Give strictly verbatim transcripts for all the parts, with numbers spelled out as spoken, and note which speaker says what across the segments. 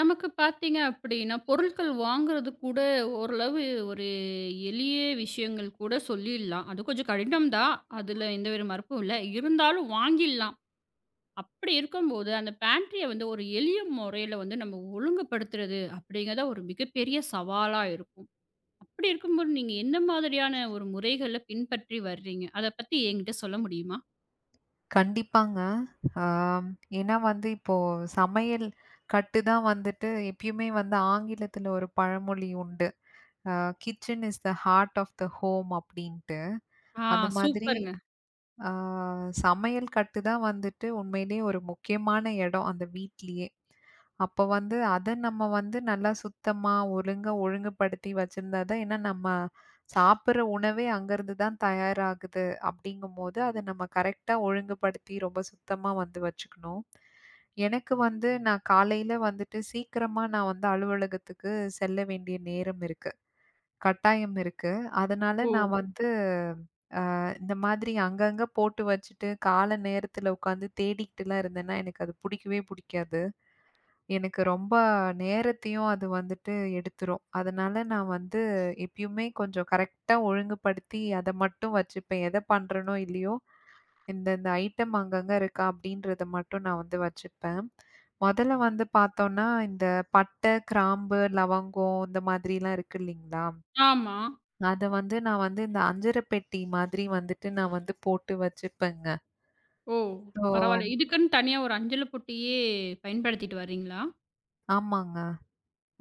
Speaker 1: நமக்கு பார்த்தீங்க அப்படின்னா, பொருட்கள் வாங்குறது கூட ஓரளவு ஒரு எளிய விஷயங்கள் கூட சொல்லிடலாம். அது கொஞ்சம் கடினம் தான். அதுல எந்தவித மறுப்பும் இல்ல. இருந்தாலும் வாங்கிடலாம். அப்படி இருக்கும்போது, அந்த பேண்ட்ரிய வந்து ஒரு எளிய முறையில வந்து நம்ம ஒழுங்குபடுத்துறது அப்படிங்கிறத ஒரு மிகப்பெரிய சவாலா இருக்கும். அப்படி இருக்கும்போது, நீங்க எந்த மாதிரியான ஒரு முறைகள பின்பற்றி வர்றீங்க? அத பத்தி என்கிட்ட சொல்ல முடியுமா?
Speaker 2: கண்டிப்பாங்க. ஆம். ஏன்னா வந்து இப்போ சமையல் கட்டு தான் வந்துட்டு எப்பயுமே வந்து ஆங்கிலத்துல ஒரு பழமொழி உண்டு. Uh kitchen is the heart of the home அப்படின்ட்டு.
Speaker 1: ஆ,
Speaker 2: அந்த மாதிரி.
Speaker 1: சூப்பருங்க.
Speaker 2: ஆ. சமையல் கட்டு தான் வந்துட்டு உண்மையிலேயே ஒரு முக்கியமான இடம் அந்த வீட்லயே. அப்ப வந்து அத நம்ம வந்து நல்லா சுத்தமா, ஒழுங்கா ஒழுங்குபடுத்தி வச்சிருந்தா தான் ஏன்னா நம்ம சாப்பிடுற உணவே அங்கருந்து தான் தயாராகுது. அப்படிங்கும்போது, அத நம்ம கரெக்ட்டா ஒழுங்குபடுத்தி ரொம்ப சுத்தமா வந்து வச்சுக்கணும். எனக்கு வந்து நான் காலையில வந்துட்டு சீக்கிரமா நான் வந்து அலுவலகத்துக்கு செல்ல வேண்டிய நேரம் இருக்கு. கட்டாயம் இருக்கு. அதனால
Speaker 1: ஓ!
Speaker 2: நான் வந்து இந்த மாதிரி அங்கங்க போட்டு வச்சுட்டு, கால நேரத்துல உட்காந்து தேடிக்கிட்டுலாம் இருந்தேன்னா, எனக்கு அது புடிக்கவே புடிக்காது. எனக்கு ரொம்ப நேரத்தையும் அது வந்துட்டு எடுத்துரும். அதனால நான் வந்து எப்பயுமே கொஞ்சம் கரெக்ட்டா ஒழுங்குபடுத்தி அத மட்டும் வச்சுப்பேன். எத பண்றேனோ இல்லையோ, இந்த இந்த ஐட்டம் அங்கங்க இருக்கா அப்படின்றத மட்டும் நான் வந்து வச்சுப்பேன். மொதல்ல வந்து பார்த்தோம்னா, இந்த பட்டை, கிராம்பு, லவங்கம் இந்த மாதிரிலாம் இருக்கு இல்லைங்களா?
Speaker 1: ஆமா.
Speaker 2: அத வந்து நான் வந்து இந்த அஞ்சர பெட்டி மாதிரி வந்துட்டு நான் வந்து போட்டு வச்சுப்பேங்க.
Speaker 1: ஓ!
Speaker 2: ஓ!
Speaker 1: பரவால்ல. இதுக்குன்னு தனியா ஒரு அஞ்சல பொட்டியே பயன்படுத்திட்டு வர்றீங்களா?
Speaker 2: ஆமாங்க.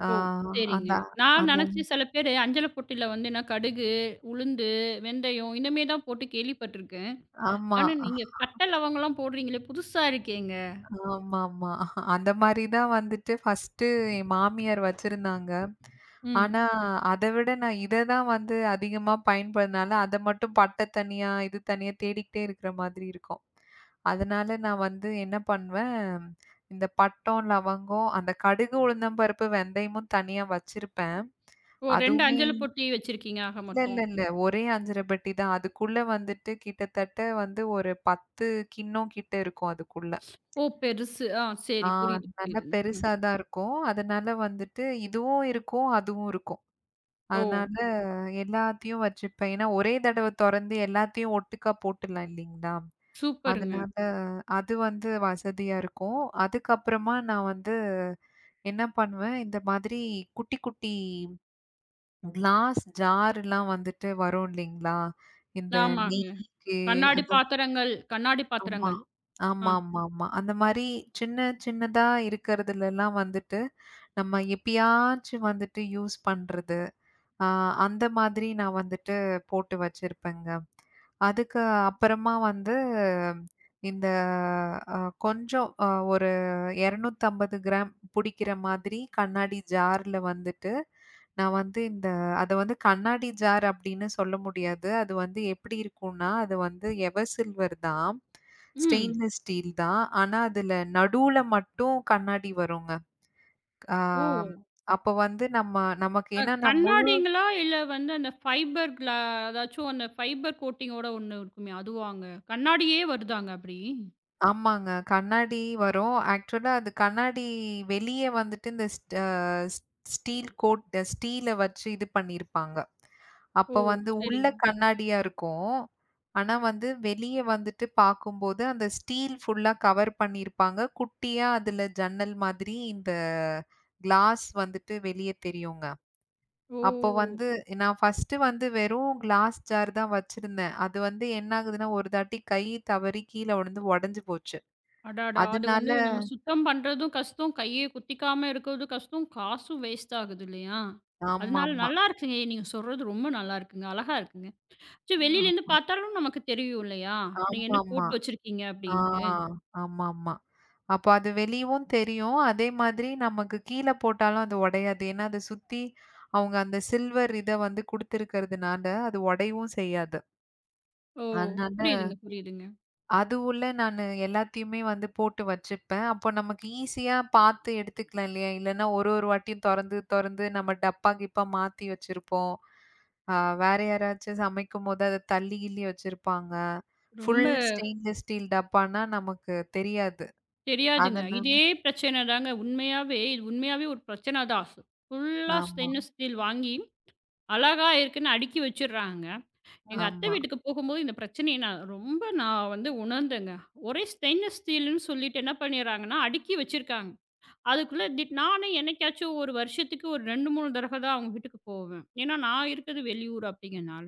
Speaker 2: ஆ.
Speaker 1: ஓ! சரிங்க.
Speaker 2: அந்த
Speaker 1: நான்
Speaker 2: அந்த
Speaker 1: நெனச்சேன் சில பேரு அஞ்சல பொட்டில வந்து என்ன கடுகு, உளுந்து, வெந்தயம் இந்தமாரி தான் போட்டு கேள்விப்பட்டுருக்கேன்.
Speaker 2: ஆமா.
Speaker 1: ஆனா நீங்க பட்ட லவங்கலாம் போடுறீங்களே! புதுசா இருக்கேங்க.
Speaker 2: ஆமாமா. அந்த மாரி தான் வந்துட்டு ஃபர்ஸ்ட்டு என் மாமியார் வச்சிருந்தாங்க.
Speaker 1: ம்.
Speaker 2: ஆனா, அத விட நான் இத தான் வந்து அதிகமா பயன்படுதுனால, அத மட்டும் பட்ட தனியா, இது தனியா தேடிக்கிட்டே இருக்கிற மாதிரி இருக்கும். அதனால நான் வந்து என்ன பண்ணுவேன், இந்த பட்டம், லவங்கம், அந்த கடுகு, உளுந்தம்பருப்பு, வெந்தயமும் தனியா வச்சிருப்பேன்.
Speaker 1: ஓ, இரண்டு
Speaker 2: அதுவுமே
Speaker 1: அஞ்சல பொட்டி வச்சிருக்கீங்க ஆக
Speaker 2: இல்ல, இல்ல,
Speaker 1: மொத்தம்.
Speaker 2: இல்ல. ஒரே ஐந்து அரை பெட்டி தான். அதுக்குள்ள வந்துட்டு கிட்டத்தட்ட வந்து ஒரு பத்து கிண்ணம் கிட்ட இருக்கும் அதுக்குள்ள.
Speaker 1: ஓ! பெருசு. ஆ,
Speaker 2: ஆ.
Speaker 1: சரி. புரியுது,
Speaker 2: நல்லா
Speaker 1: புரியுதுங்க. ம்.
Speaker 2: பெருசா தான் இருக்கும். அதனால வந்துட்டு இதுவும் இருக்கும், அதுவும் இருக்கும்.
Speaker 1: ஓ!
Speaker 2: அதனால எல்லாத்தையும் வச்சுப்பேன். ஏன்னா ஒரே தடவ தொறந்து எல்லாத்தையும் ஒட்டுக்கா போட்டுடலாம் இல்லீங்களா?
Speaker 1: சூப்பருங்க.
Speaker 2: அதனால அது வந்து வசதியா இருக்கும். அதுக்கப்புறமா நான் வந்து என்ன பண்ணுவேன், இந்த மாதிரி குட்டி, குட்டி கிளாஸ் ஜார்லாம் வந்துட்டு வரும் இல்லீங்களா? இந்த
Speaker 1: ஆமாங்க.
Speaker 2: நெய்க்கு
Speaker 1: கண்ணாடி
Speaker 2: அந்த
Speaker 1: பாத்திரங்கள், கண்ணாடி
Speaker 2: ஆமா.
Speaker 1: பாத்திரங்கள். ஆ.
Speaker 2: ஆமாமாமா. அந்த மாரி சின்ன சின்னதா இருக்கிறதுலலாம் வந்துட்டு, நம்ம எப்பயாச்சும் வந்துட்டு யூஸ் பண்றது. ஆ. அந்த மாதிரி நான் வந்துட்டு போட்டு வச்சிருப்பேங்க. அதுக்கு அப்புறமா வந்து இந்த அ கொஞ்சம் அ ஒரு இருநூற்று ஐம்பது கிராம் புடிக்கிற மாதிரி கண்ணாடி ஜார்ல வந்துட்டு, நான் வந்து இந்த அத வந்து கண்ணாடி ஜார் அப்படின்னு சொல்ல முடியாது. அது வந்து எப்படி இருக்கும்னா, அது வந்து எவர் சில்வர் தான். ம்.
Speaker 1: ம்.
Speaker 2: ஸ்டெயின்லெஸ் ஸ்டீல் தான். ஆனா, அதுல நடுவுல மட்டும் கண்ணாடி வருங்க. ஆ.
Speaker 1: ஓ!
Speaker 2: அப்போ வந்து நம்ம நமக்கு
Speaker 1: அ
Speaker 2: ஏன்னா நான் முழு
Speaker 1: கண்ணாடிங்களா? இல்ல வந்து அந்த ஃபைபர் கிளா அதாச்சும் அந்த ஃபைபர் கோட்டிங்கோட ஒண்ணு இருக்குமே அதுவாங்க? கண்ணாடியே வருதாங்க அப்படி?
Speaker 2: ஆமாங்க. கண்ணாடி வரும். ஆக்சுவலா அது கண்ணாடி வெளிய வந்துட்டு இந்த ஸ்ட் அ ஸ்டீல் கோட் ஸ்டீல வச்சு இது பண்ணியிருப்பாங்க.
Speaker 1: ஓ!
Speaker 2: அப்ப வந்து உள்ள
Speaker 1: சரிங்க.
Speaker 2: கண்ணாடியா இருக்கும். ஆனா வந்து வெளிய வந்துட்டு பார்க்கும்போது அந்த ஸ்டீல் ஃபுல்லா கவர் பண்ணியிருப்பாங்க. குட்டியா அதுல ஜன்னல் மாதிரி இந்த கிளாஸ் வந்துட்டு வெளிய தெரியுங்க. அப்போ
Speaker 1: ஓ!
Speaker 2: வந்து நான் ஃபர்ஸ்ட்டு வந்து வெறும் கிளாஸ் ஜார் தான் வச்சிருந்தேன். அது வந்து என்ன ஆகுதுன்னா, ஒரு தாட்டி கை தவறி கீழ விழுந்து உடைஞ்சு போச்சு.
Speaker 1: அடாடா! அது
Speaker 2: அதனால
Speaker 1: வந்து நம்ம சுத்தம் பண்றதும் கஷ்டம், கைய குத்திக்காம இருக்கிறதும் கஷ்டம், காசும் வேஸ்ட் ஆகுது இல்லையா? அதனால
Speaker 2: ஆமாமா.
Speaker 1: நல்லா இருக்குங்க. நீங்க சொல்றது ரொம்ப நல்லா இருக்குங்க. அழகா இருக்குங்க. சரி, வெளியிலேருந்து
Speaker 2: ஆமா.
Speaker 1: பார்த்தாலும் நமக்கு தெரியும் இல்லையா? நீங்க என்ன
Speaker 2: ஆமாமா.
Speaker 1: போட்டு வச்சிருக்கீங்க
Speaker 2: ஆ.
Speaker 1: அப்படின்ட்டு.
Speaker 2: ஆமாமா. அப்ப அது வெளியவும் தெரியும். அதே மாதிரி நமக்கு கீழ போட்டாலும் அது உடையாது. ஏன்னா, அத சுத்தி அவங்க அந்த சில்வர் இத வந்து குடுத்துருக்கிறதுனால, அது உடையவும் செய்யாது.
Speaker 1: ஓ!
Speaker 2: அதனால
Speaker 1: புரியுதுங்க, புரியுதுங்க.
Speaker 2: அது உள்ள நானு எல்லாத்தையுமே வந்து போட்டு வச்சுப்பேன். அப்போ நமக்கு ஈஸியா பார்த்து எடுத்துக்கலாம் இல்லையா? இல்லன்னா ஒரு ஒரு வாட்டியும் தொறந்து, தொறந்து நம்ம டப்பா கிப்பா மாத்தி வச்சிருப்போம். ஆ. வேற யாராச்சும் சமைக்கும்போது அத தள்ளி கிள்ளி வச்சிருப்பாங்க. ஃபுல்
Speaker 1: ரொம்ப
Speaker 2: ஸ்டெயின்லெஸ் ஸ்டீல் டப்பான்னா நமக்கு தெரியாது.
Speaker 1: தெரியாதுங்க.
Speaker 2: அதனால
Speaker 1: இதே பிரச்சனை தாங்க. உண்மையாவே இது உண்மையாவே ஒரு பிரச்சனை தான். ஃபுல்லா
Speaker 2: ஆமா,
Speaker 1: ஸ்டெயின்லெஸ் ஸ்டீல் வாங்கி, அழகா இருக்குன்னு அடுக்கி வச்சுடுறாங்க. எங்க அத்தை
Speaker 2: ஆமா.
Speaker 1: வீட்டுக்கு போகும்போது இந்த பிரச்சனைய நான் ரொம்ப நான் வந்து உணர்ந்தேங்க. ஒரே ஸ்டெயின்லெஸ் ஸ்டீல்ன்னு சொல்லிட்டு என்ன பண்ணிடுறாங்கன்னா, அடுக்கி வச்சிருக்காங்க. அதுக்குள்ள திட் நானே என்னைக்காச்சும் ஒரு வருஷத்துக்கு ஒரு இரண்டு, மூன்று தடவ தான் அவங்க வீட்டுக்கு போவேன். ஏன்னா நான் இருக்கிறது வெளியூர் அப்படிங்கிறனால.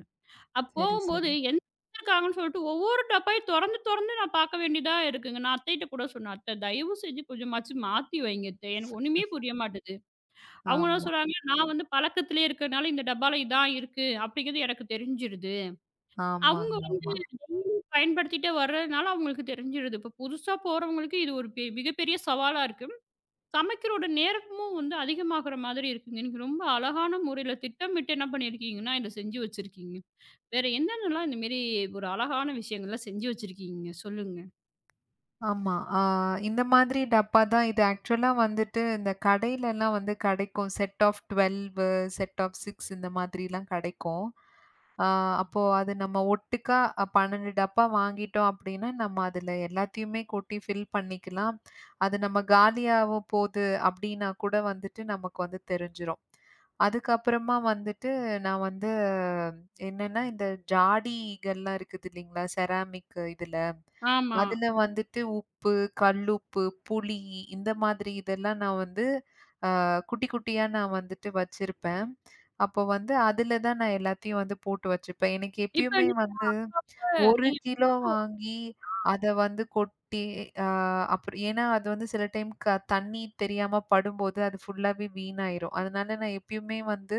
Speaker 1: அப்ப
Speaker 2: சரி,
Speaker 1: போகும்போது
Speaker 2: சரி.
Speaker 1: என்ன வச்சிருக்காங்கன்னு சொல்லிட்டு ஒவ்வொரு டப்பாயும் தொறந்து, தொறந்து நான் பார்க்க வேண்டியதா இருக்குங்க. நான் அத்தைட்ட கூட சொன்னேன், "அத்தை தயவு செஞ்சு கொஞ்சமாச்சும் மாத்தி வைங்க அத்தை. எனக்கு ஒண்ணுமே புரிய மாட்டுது." அவங்க என்ன
Speaker 2: ஆமா,
Speaker 1: சொல்றாங்க, "நான் வந்து பழக்கத்திலேயே இருக்கிறனால இந்த டப்பால இதான் இருக்கு அப்படிங்கிறது எனக்கு தெரிஞ்சிருது." அவங்க
Speaker 2: ஆமாங்க,
Speaker 1: வந்து
Speaker 2: ஆமா.
Speaker 1: டெய்லி பயன்படுத்திட்டே வர்றதுனால அவங்களுக்கு தெரிஞ்சிருது. இப்ப புதுசா போறவங்களுக்கு இது ஒரு பெ மிகப்பெரிய சவாலா இருக்கு. சமைக்கிறோட நேரமும் வந்து அதிகமாகுற மாதிரி இருக்குங்க. நீங்க ரொம்ப அழகான முறையில திட்டமிட்டு என்ன பண்ணியிருக்கீங்கன்னா, இத செஞ்சு வச்சிருக்கீங்க. வேற என்னென்னலாம் இந்த மேரி ஒரு அழகான விஷயங்கள்லாம் செஞ்சு வச்சிருக்கீங்க? சொல்லுங்க.
Speaker 2: ஆமா. ஆ. இந்த மாதிரி டப்பா தான் இது ஆக்சுவலா வந்துட்டு இந்த கடையிலலாம் வந்து கெடைக்கும். செட் ஆஃப் பன்னிரண்டு செட் ஆஃப் ஆறு இந்த மாதிரிலாம் கெடைக்கும். ஆ. அப்போ அது நம்ம ஒட்டுக்கா அ பன்னிரண்டு டப்பா வாங்கிட்டோம் அப்டின்னா, நம்ம அதுல எல்லாத்தையுமே கொட்டி ஃபில் பண்ணிக்கலாம். அது நம்ம காலியாவும் போது அப்டின்னா கூட வந்துட்டு நமக்கு வந்து தெரிஞ்சிரும். அதுக்கப்புறமா வந்துட்டு நான் வந்து என்னன்னா, இந்த ஜாடிகள்லாம் இருக்குது இல்லைங்களா? செராமிக் இதுல.
Speaker 1: ஆமா.
Speaker 2: அதுல வந்துட்டு உப்பு, கல்லுப்பு, புளி இந்த மாதிரி இதெல்லாம் நான் வந்து அ குட்டி, குட்டியா நான் வந்துட்டு வச்சிருப்பேன். அப்போ வந்து அதுல தான் நான் எல்லாத்தையும் வந்து போட்டு வச்சுப்பேன். எனக்கு
Speaker 1: இப்ப
Speaker 2: எப்பயுமே
Speaker 1: நீங்க
Speaker 2: வந்து ஒரு
Speaker 1: நீங்க
Speaker 2: கிலோ வாங்கி அத வந்து கொட்டி அ அப்புறம் ஏன்னா அது வந்து சில டைம் க தண்ணி தெரியாம படும்போது அது ஃபுல்லாவே வீணாயிரும். அதனால நான் எப்பயுமே வந்து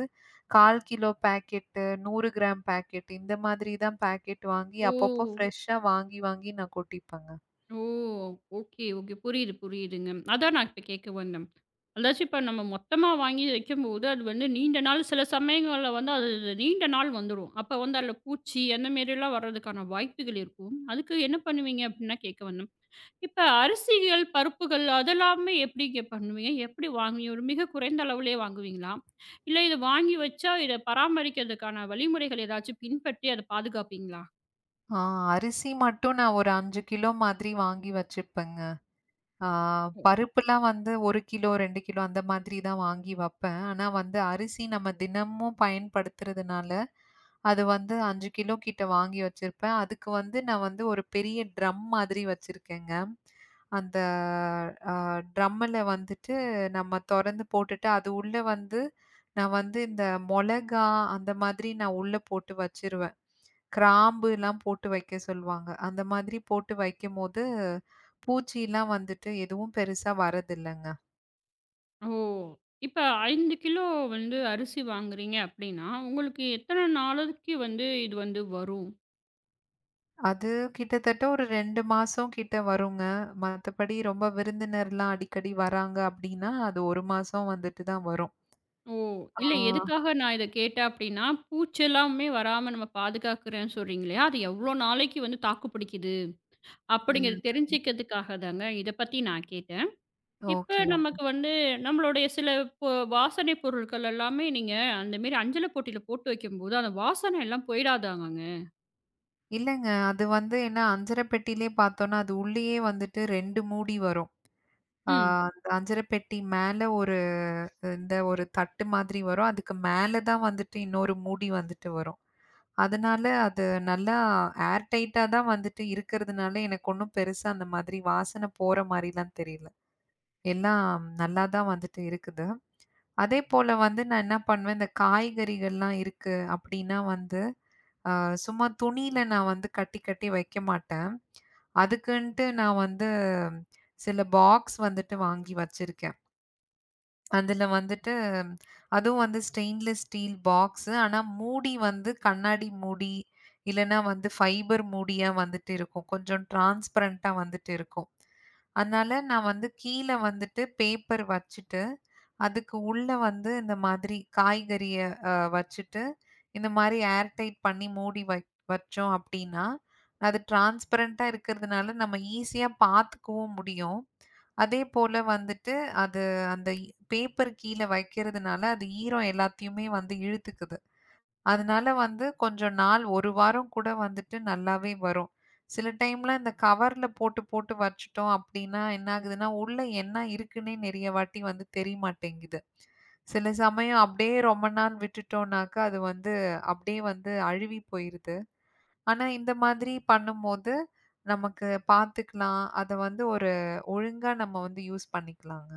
Speaker 2: கால் கிலோ பாக்கெட்டு, நூறு கிராம் பாக்கெட் இந்த மாதிரி தான் பாக்கெட் வாங்கி அப்பப்போ
Speaker 1: ஓ!
Speaker 2: ஃப்ரெஷ்ஷா வாங்கி, வாங்கி நான் கொட்டிப்பேங்க.
Speaker 1: ஓ! Okay, okay. புரியுது, புரியுதுங்க. அதான் நான் இப்ப கேட்க வந்தேன். அதாச்சும் இப்ப நம்ம மொத்தமா வாங்கி வைக்கும்போது, அது வந்து நீண்ட நாள் சில சமயங்கள்ல வந்து அது நீண்ட நாள் வந்துரும். அப்ப வந்து அதுல பூச்சி அந்த மேரிலாம் வர்றதுக்கான வாய்ப்புகள் இருக்கும். அதுக்கு என்ன பண்ணுவீங்க? அப்டின்னு தான் கேட்க வந்தேன். இப்ப அரிசிகள், பருப்புகள் அதெல்லாமே எப்படிங்க பண்ணுவீங்க? எப்படி வாங்குவீங்க? ஒரு மிக குறைந்த அளவிலே வாங்குவீங்களா? இல்ல இத வாங்கி வச்சா, இத பராமரிக்கிறதுக்கான வழிமுறைகள் ஏதாச்சும் பின்பற்றி அத பாதுகாப்பீங்களா?
Speaker 2: ஆ. அரிசி மட்டும் நான் ஒரு ஐந்து கிலோ மாதிரி வாங்கி வச்சுப்பேங்க. ஆ. பருப்புலாம் வந்து ஒரு கிலோ, ரெண்டு கிலோ அந்த மாதிரி தான் வாங்கி வப்பேன். ஆனா வந்து அரிசி நம்ம தினமும் பயன்படுத்துறதுனால, அது வந்து ஐந்து கிலோ கிட்ட வாங்கி வச்சிருப்பேன். அதுக்கு வந்து நான் வந்து ஒரு பெரிய ட்ரம் மாதிரி வச்சிருக்கேங்க. அந்த அ ட்ரம்முல வந்துட்டு நம்ம தொறந்து போட்டுட்டு, அது உள்ள வந்து நான் வந்து இந்த மொளகா அந்த மாதிரி நான் உள்ள போட்டு வச்சிருவேன். கிராம்புலாம் போட்டு வைக்க சொல்லுவாங்க. அந்த மாதிரி போட்டு வைக்கும்போது, பூச்சிலாம் வந்துட்டு எதுவும் பெருசா வரதில்லங்க.
Speaker 1: ஓ! இப்ப ஐந்து கிலோ வந்து அரிசி வாங்குறீங்க அப்படின்னா, உங்களுக்கு எத்தன நாளைக்கு வந்து இது வந்து வரும்?
Speaker 2: அது கிட்டத்தட்ட ஒரு ரெண்டு மாசம் கிட்ட வருங்க. மத்தபடி ரொம்ப விருந்தினர்லாம் அடிக்கடி வராங்க அப்டின்னா, அது ஒரு மாசம் வந்துட்டு தான் வரும்.
Speaker 1: ஓ!
Speaker 2: ஆ.
Speaker 1: இல்ல, எதுக்காக நான் இத கேட்டேன் அப்படின்னா, பூச்செல்லாமே வராம நம்ம பாதுகாக்கிறேன்னு சொல்றீங்க இல்லையா? அது எவ்வளோ நாளைக்கு வந்து தாக்கு பிடிக்குது? அப்படிங்கிறத
Speaker 2: ம்.
Speaker 1: தெரிஞ்சுக்கிறதுக்காக தாங்க. இத பத்தி நான் கேட்டேன். இப்ப
Speaker 2: ஓகே, ஓகே.
Speaker 1: நமக்கு வந்து நம்மளுடைய சில பொ வாசனை பொருட்கள் எல்லாமே நீங்க அந்த மாரி அஞ்சல பொட்டியில போட்டு வைக்கும்போது, அந்த வாசனை எல்லாம் போயிடாதாங்கங்க?
Speaker 2: இல்லங்க. அது வந்து ஏன்னா அஞ்சர பெட்டியிலே பார்த்தோம்னா, அது உள்ளேயே வந்துட்டு ரெண்டு மூடி வரும். ஆ.
Speaker 1: ம்.
Speaker 2: அந்த அஞ்சர பெட்டி மேல ஒரு இந்த ஒரு தட்டு மாதிரி வரும். அதுக்கு மேல தான் வந்துட்டு இன்னொரு மூடி வந்துட்டு வரும். அதனால அது நல்லா ஏர் டைட்டா தான் வந்துட்டு இருக்கிறதுனால எனக்கு ஒண்ணும் பெருசா அந்த மாதிரி வாசனை போற மாரிலாம் தெரியல. எல்லாம் நல்லா தான் வந்துட்டு இருக்குது. அதே போல வந்து நான் என்ன பண்ணுவேன், இந்த காய்கறிகள்லாம் இருக்கு அப்படின்னா வந்து, அ சும்மா துணியில நான் வந்து கட்டி கட்டி வைக்க மாட்டேன். அதுக்குன்ட்டு நான் வந்து சில பாக்ஸ் வந்துட்டு வாங்கி வச்சிருக்கேன். அதில வந்துட்டு அதுவும் வந்து ஸ்டெயின்லெஸ் ஸ்டீல் பாக்ஸு. ஆனா மூடி வந்து கண்ணாடி மூடி, இல்லன்னா வந்து ஃபைபர் மூடியா வந்துட்டு இருக்கும். கொஞ்சம் டிரான்ஸ்பரண்டா வந்துட்டு இருக்கும். அதனால நான் வந்து கீழ வந்துட்டு பேப்பர் வச்சுட்டு, அதுக்கு உள்ள வந்து இந்த மாதிரி காய்கறிய அ வச்சுட்டு, இந்த மாரி ஏர் டைட் பண்ணி மூடி வை வச்சோம் அப்டின்னா, அது டிரான்ஸ்பரண்டா இருக்கிறதுனால நம்ம ஈஸியா பார்த்துக்கவும் முடியும். அதே போல வந்துட்டு அது அந்த இ பேப்பர் கீழ வைக்கிறதுனால, அது ஈரம் எல்லாத்தையுமே வந்து இழுத்துக்குது. அதனால வந்து கொஞ்சம் நாள் ஒரு வாரம் கூட வந்துட்டு நல்லாவே வரும். சில டைம்ல இந்த கவர்ல போட்டு போட்டு வச்சுட்டோம் அப்டின்னா, என்ன ஆகுதுன்னா, உள்ள என்ன இருக்குன்னே நெறைய வாட்டி வந்து தெரியமாட்டேங்குது. சில சமயம் அப்டியே ரொம்ப நாள் விட்டுட்டோம்னாக்கா, அது வந்து அப்டியே வந்து அழுவி போயிருது. ஆனா, இந்த மாதிரி பண்ணும்போது, நமக்கு பாத்துக்கலாம். அத வந்து ஒரு ஒழுங்கா நம்ம வந்து யூஸ் பண்ணிக்கலாங்க.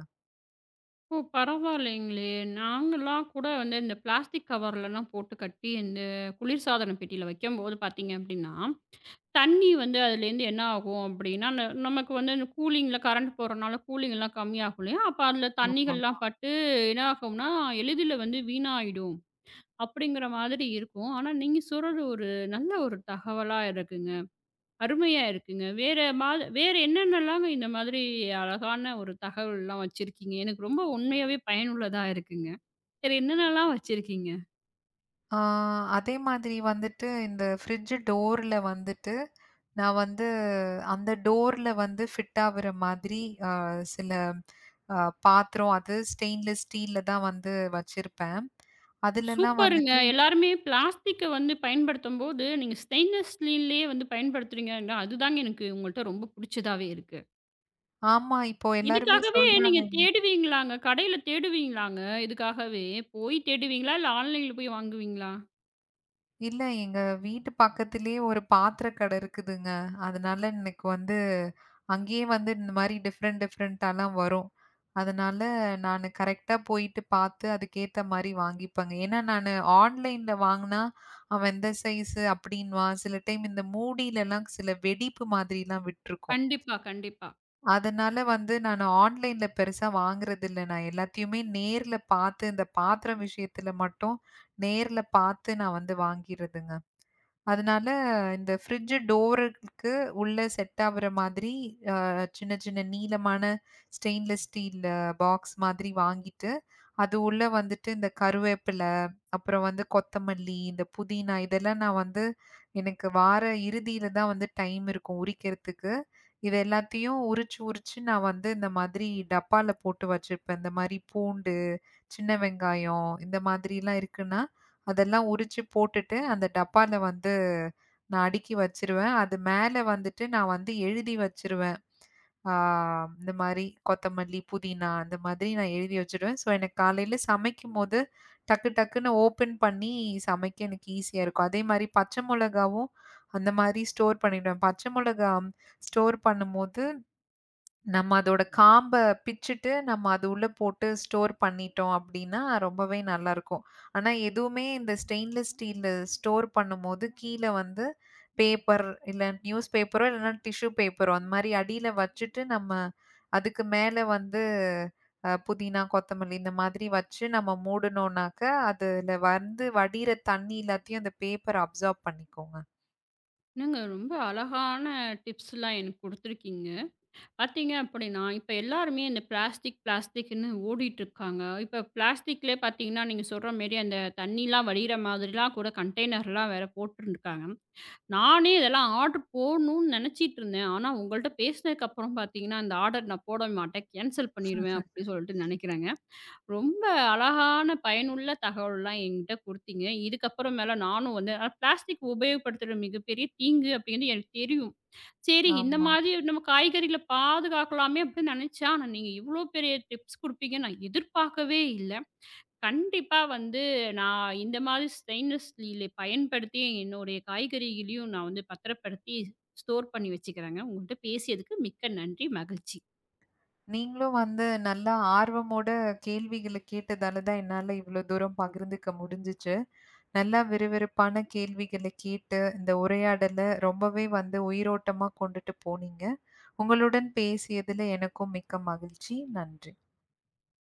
Speaker 1: ஓ! பரவாயில்லைங்களே! நாங்கலாம் கூட வந்து இந்த பிளாஸ்டிக் கவர்லலாம் போட்டு கட்டி, இந்த குளிர்சாதன பெட்டியில வைக்கும்போது பார்த்தீங்க அப்டின்னா, தண்ணி வந்து அதுலேருந்து என்ன ஆகும் அப்டின்னா, ந நமக்கு வந்து இந்த கூலிங்ல கரண்ட் போறனால கூலிங்லாம் கம்மியாகும் இல்லையா? அப்ப அதில
Speaker 2: ஆமாமா.
Speaker 1: தண்ணிகள்லாம் பட்டு என்ன ஆகும்னா, எளிதில வந்து வீணாயிடும். அப்படிங்கிற மாதிரி இருக்கும். ஆனா, நீங்க சொல்றது ஒரு நல்ல ஒரு தகவலா இருக்குங்க. அருமையா இருக்குங்க. வேற மா வேற என்னென்னலாங்க இந்த மாதிரி அழகான ஒரு தகவல்லாம் வச்சிருக்கீங்க? எனக்கு ரொம்ப உண்மையாவே பயனுள்ளதா இருக்குங்க. வேற என்னென்னலாம் வச்சிருக்கீங்க?
Speaker 2: ஆ. அதே மாதிரி வந்துட்டு இந்த ஃப்ரிட்ஜ் டோர்ல வந்துட்டு, நான் வந்து அந்த டோர்ல வந்து ஃபிட் ஆவுற மாதிரி அ சில அ பாத்திரம் அது ஸ்டெயின்லெஸ் ஸ்டீல்ல தான் வந்து வச்சிருப்பேன். அதுலலாம்
Speaker 1: சூப்பருங்க.
Speaker 2: வந்துட்டு
Speaker 1: எல்லாருமே பிளாஸ்டிக்க வந்து பயன்படுத்தும்போது, நீங்க ஸ்டெயின்லெஸ் ஸ்டீல்லயே வந்து பயன்படுத்துறீங்கன்னா, அதுதாங்க எனக்கு உங்கள்ட்ட ரொம்ப புடிச்சதாவே இருக்கு.
Speaker 2: ஆமா இப்போ எல்லாருமே
Speaker 1: இதுக்காகவே
Speaker 2: சொல்றாங்க.
Speaker 1: நீங்க தேடுவீங்களாங்க? கடையில தேடுவீங்களாங்க இதுக்காகவே? போய் தேடுவீங்களா? இல்ல ஆன்லைன்ல போய் வாங்குவீங்களா?
Speaker 2: இல்ல, எங்க வீட்டு பக்கத்திலேயே ஒரு பாத்திர கடை இருக்குதுங்க. அதனால எனக்கு வந்து அங்கேயே வந்து இந்த மாரி டிஃபரெண்ட் டிஃபரெண்ட்டாலாம் வரும். அதனால நானு கரெக்ட்டா போயிட்டு பாத்து அதுக்கேத்த மாரி வாங்கிப்பேங்க. ஏன்னா நானு ஆன்லைன்ல வாங்குனா, அவன் இந்த சைஸு அப்டின்னுவான். சில டைம் இந்த மூடிலலாம் சில வெடிப்பு மாதிரிலாம் விட்டுருக்கும்.
Speaker 1: கண்டிப்பா, கண்டிப்பா.
Speaker 2: அதனால வந்து நானு ஆன்லைன்ல பெருசா வாங்குறதில்ல. நான் எல்லாத்தையுமே நேர்ல பாத்து, இந்த பாத்திரம் விஷயத்துல மட்டும் நேர்ல பாத்து நான் வந்து வாங்கிறதுங்க. அதனால இந்த ஃப்ரிட்ஜ் டோருக்கு உள்ள செட் ஆகுற மாதிரி அ சின்ன சின்ன நீளமான ஸ்டெயின்லெஸ் ஸ்டீல் பாக்ஸ் மாதிரி வாங்கிட்டு, அது உள்ள வந்துட்டு இந்த கருவேப்பில, அப்புறம் வந்து கொத்தமல்லி, இந்த புதினா இதெல்லாம் நான் வந்து எனக்கு வார இறுதியில தான் வந்து டைம் இருக்கும் உரிக்கிறதுக்கு. இது எல்லாத்தையும் உரிச்சு, உரிச்சு நான் வந்து இந்த மாதிரி டப்பால போட்டு வச்சுப்பேன். இந்த மாரி பூண்டு, சின்ன வெங்காயம் இந்த மாதிரிலாம் இருக்குன்னா, அதெல்லாம் உரிச்சு போட்டுட்டு, அந்த டப்பால வந்து நான் அடுக்கி வச்சுருவேன். அது மேல வந்துட்டு நான் வந்து எழுதி வச்சுருவேன். ஆ. இந்த மாரி கொத்தமல்லி, புதினா அந்த மாதிரி நான் எழுதி வச்சுடுவேன். ஸோ, எனக்கு காலையில சமைக்கும்போது டக்கு டக்குன்னு ஓப்பன் பண்ணி சமைக்க எனக்கு ஈஸியா இருக்கும். அதே மாரி பச்சை மொளகாவும் அந்த மாரி ஸ்டோர் பண்ணிடுவேன். பச்சை மொளகா ஸ்டோர் பண்ணும்போது நம்ம அதோட காம்ப பிச்சுட்டு, நம்ம அது உள்ள போட்டு ஸ்டோர் பண்ணிட்டோம் அப்டின்னா, ரொம்பவே நல்லாருக்கும். ஆனா, எதுவுமே இந்த ஸ்டெயின்லெஸ் ஸ்டீல்ல ஸ்டோர் பண்ணும்போது, கீழ வந்து பேப்பர், இல்ல நியூஸ் பேப்பரோ, இல்லன்னா டிஷ்யூ பேப்பரோ அந்த மாரி அடியில வச்சுட்டு, நம்ம அதுக்கு மேல வந்து அ புதினா, கொத்தமல்லி இந்த மாதிரி வச்சு நம்ம மூடுனோம்னாக்க, அதுல வந்து வடியிற தண்ணி எல்லாத்தையும் அந்த பேப்பர் அப்சார்ப் பண்ணிக்குங்க.
Speaker 1: என்னங்க, ரொம்ப அழகான டிப்ஸ்லாம் எனக்கு குடுத்துருக்கீங்க. பார்த்தீங்க அப்படின்னா, இப்ப எல்லாருமே இந்த பிளாஸ்டிக், பிளாஸ்டிக்ன்னு ஓடிட்டுருக்காங்க. இப்ப பிளாஸ்டிக்லயே பார்த்தீங்கன்னா, நீங்க சொல்ற மாரி அந்த தண்ணிலாம் வடியிற மாதிரிலாம் கூட கண்டெய்னர்லாம் வேற போட்டுருக்காங்க. நானே இதெல்லாம் ஆர்டர் போடணும்னு நெனச்சிட்டுருந்தேன். ஆனா, உங்கள்ட்ட பேசினதுக்கப்புறம் பார்த்தீங்கன்னா, இந்த ஆர்டர் நான் போட மாட்டேன். கேன்சல் பண்ணிருவேன் அப்படின்னு சொல்லிட்டு நெனைக்கிறேங்க. ரொம்ப அழகான பயனுள்ள தகவல்லாம் என்கிட்ட குடுத்தீங்க. இதுக்கப்புறம் மேல நானும் வந்து ஆனா பிளாஸ்டிக் உபயோகப்படுத்துற மிகப்பெரிய தீங்கு அப்டின்னு எனக்கு தெரியும். சரி, இந்த
Speaker 2: ஆமா.
Speaker 1: மாதிரி நம்ம காய்கறிகள பாதுகாக்கலாமே அப்டின்னு நெனச்சேன். ஆனா நீங்க இவ்ளோ பெரிய டிப்ஸ் குடுப்பீங்கன்னு நான் எதிர்பார்க்கவே இல்ல. கண்டிப்பா வந்து நான் இந்த மாதிரி ஸ்டெயின்லெஸ் ஸ்டீல பயன்படுத்தி என்னுடைய காய்கறிகளையும் நான் வந்து பத்திரப்படுத்தி ஸ்டோர் பண்ணி வச்சுக்கிறேங்க. உங்கள்ட்ட பேசியதுக்கு மிக்க நன்றி. மகிழ்ச்சி.
Speaker 2: நீங்களும் வந்து நல்லா ஆர்வமோட கேள்விகள கேட்டதால தான் என்னால இவ்வளோ தூரம் பகிர்ந்துக்க முடிஞ்சுச்சு. நல்லா விறுவிறுப்பான கேள்விகள கேட்டு, இந்த உரையாடல ரொம்பவே வந்து உயிரோட்டமா கொண்டுட்டு போனீங்க. உங்களுடன் பேசியதுல எனக்கும் மிக்க மகிழ்ச்சி. நன்றி.